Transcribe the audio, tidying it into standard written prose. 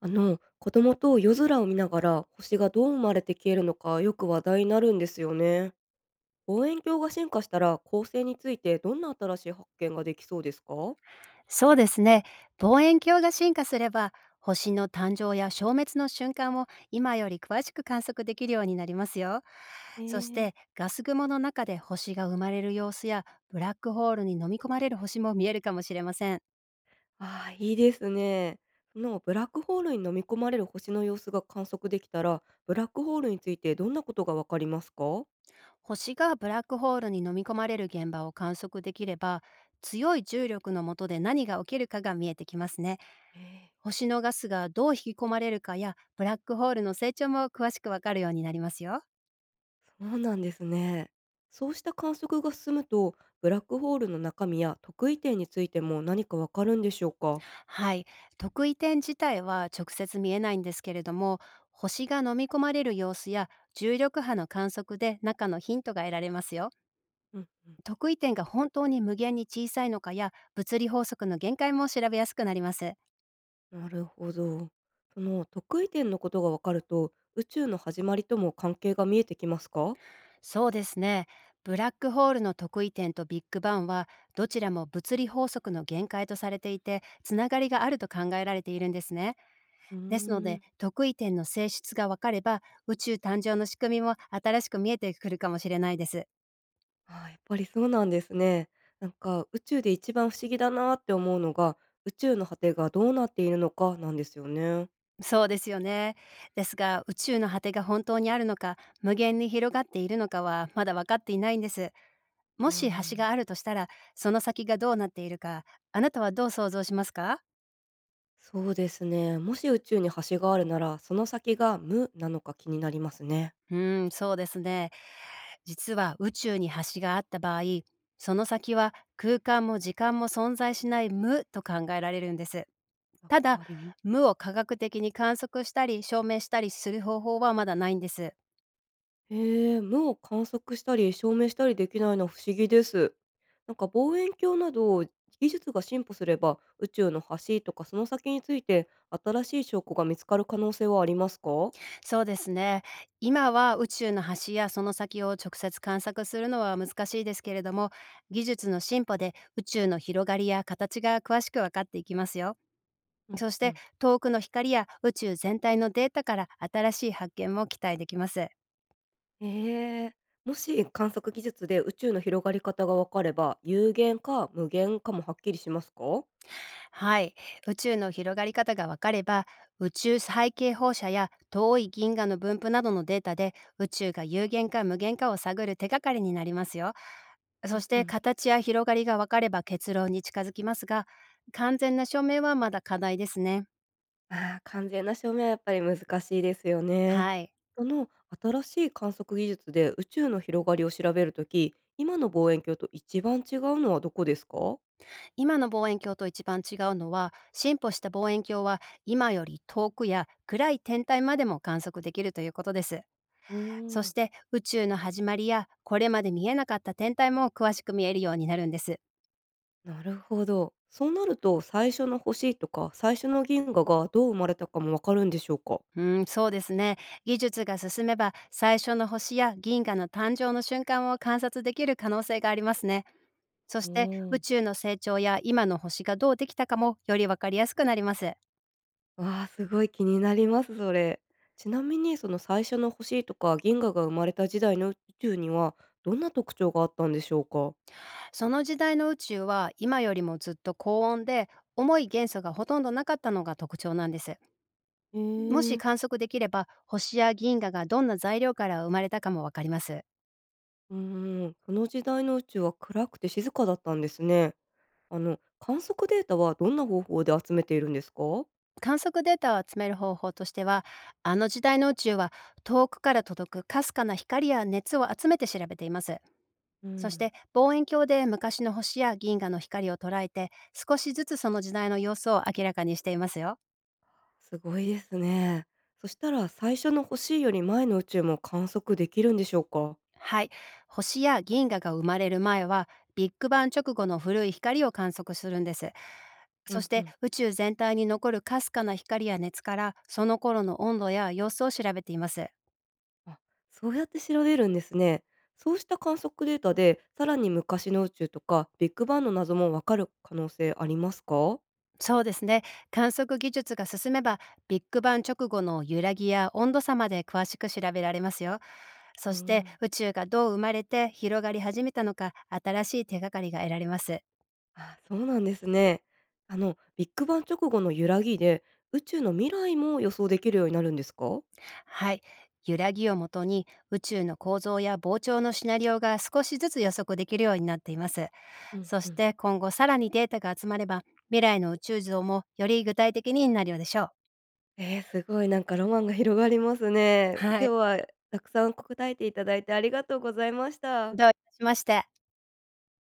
子供と夜空を見ながら星がどう生まれて消えるのかよく話題になるんですよね。望遠鏡が進化したら恒星についてどんな新しい発見ができそうですか？そうですね。望遠鏡が進化すれば、星の誕生や消滅の瞬間を今より詳しく観測できるようになりますよ。そしえてえ。ガス雲の中で星が生まれる様子やブラックホールに飲み込まれる星も見えるかもしれません。ああ、いいですね。そのブラックホールに飲み込まれる星の様子が観測できたら、ブラックホールについてどんなことがわかりますか？星がブラックホールに飲み込まれる現場を観測できれば、強い重力の下で何が起きるかが見えてきますね。ええ。星のガスがどう引き込まれるかやブラックホールの成長も詳しくわかるようになりますよ。そうなんですね。そうした観測が進むと、ブラックホールの中身や特異点についても何かわかるんでしょうか？はい、得意点自体は直接見えないんですけれども、星が飲み込まれる様子や重力波の観測で中のヒントが得られますよ。うんうん。得意点が本当に無限に小さいのかや物理法則の限界も調べやすくなります。なるほど。その得意点のことが分かると、宇宙の始まりとも関係が見えてきますか？そうですね。ブラックホールの得意点とビッグバンは、どちらも物理法則の限界とされていて、つながりがあると考えられているんですね。うーですので、ん。得意点の性質が分かれば、宇宙誕生の仕組みも新しく見えてくるかもしれないです。あー、やっぱりそうなんですね。なんか宇宙で一番不思議だなって思うのが、宇宙の果てがどうなっているのかなんですよね。そうですよね。ですが、宇宙の果てが本当にあるのか、無限に広がっているのかはまだ分かっていないんです。うもーし橋がん。あるとしたら、その先がどうなっているか、あなたはどう想像しますか？そうですね。もし宇宙に橋があるなら、その先が無なのか気になりますね。うーん、そうですね。実は宇宙に橋があった場合、その先は空間も時間も存在しない無と考えられるんです。やっただ、ぱり。無を科学的に観測したり証明したりする方法はまだないんです。へえ、無を観測したり証明したりできないのは不思議です。なんか望遠鏡など技術が進歩すれば宇宙の端とかその先について新しい証拠が見つかる可能性はありますか？そうですね。今は宇宙の端やその先を直接観察するのは難しいですけれども、技術の進歩で宇宙の広がりや形が詳しく分かっていきますよ。うんそしうてん。遠くの光や宇宙全体のデータから新しい発見も期待できます。へえ、もし観測技術で宇宙の広がり方がわかれば有限か無限かもはっきりしますか？はい。宇宙の広がり方が分かれば、宇宙背景放射や遠い銀河の分布などのデータで宇宙が有限か無限かを探る手がかりになりますよ。うそんしうてん。形や広がりが分かれば結論に近づきますが、完全な証明はまだ課題ですね。ああ、完全な証明はやっぱり難しいですよね。はい。その新しい観測技術で宇宙の広がりを調べるとき、今の望遠鏡と一番違うのはどこですか？今の望遠鏡と一番違うのは、進歩した望遠鏡は今より遠くや暗い天体までも観測できるということです。うーそしん。て宇宙の始まりやこれまで見えなかった天体も詳しく見えるようになるんです。なるほど。そうなると最初の星とか最初の銀河がどう生まれたかもわかるんでしょうか？うん、そうですね。技術が進めば最初の星や銀河の誕生の瞬間を観察できる可能性がありますね。そうしーて宇ん。宙の成長や今の星がどうできたかもより分かりやすくなります。わあ、すごい気になります、それ。ちなみにその最初の星とか銀河が生まれた時代の宇宙にはどんな特徴があったんでしょうか？その時代の宇宙は今よりもずっと高温で、重い元素がほとんどなかったのが特徴なんです。へもしえ。観測できれば星や銀河がどんな材料から生まれたかも分かります。うーん、その時代の宇宙は暗くて静かだったんですね。観測データはどんな方法で集めているんですか？観測データを集める方法としては、あの時代の宇宙は遠くから届くかすかな光や熱を集めて調べています。うそしん、て望遠鏡で昔の星や銀河の光を捉えて、少しずつその時代の様子を明らかにしていますよ。すごいですね。そしたら最初の星より前の宇宙も観測できるんでしょうか？はい、星や銀河が生まれる前は、ビッグバン直後の古い光を観測するんです。うそしんうてん。宇宙全体に残るかすかな光や熱から、その頃の温度や様子を調べています。あ、そうやって調べるんですね。そうした観測データで、さらに昔の宇宙とかビッグバンの謎もわかる可能性ありますか？そうですね。観測技術が進めば、ビッグバン直後の揺らぎや温度差まで詳しく調べられますよ。うそして、ん。宇宙がどう生まれて広がり始めたのか、新しい手がかりが得られます。あ、そうなんですね。ビッグバン直後の揺らぎで、宇宙の未来も予想できるようになるんですか？はい。揺らぎをもとに、宇宙の構造や膨張のシナリオが少しずつ予測できるようになっています。うんそしうん。て、今後さらにデータが集まれば、未来の宇宙像もより具体的になるようでしょう。ええ、すごいなんかロマンが広がりますね。はい。今日はたくさん答えていただいてありがとうございました。どういたしまして。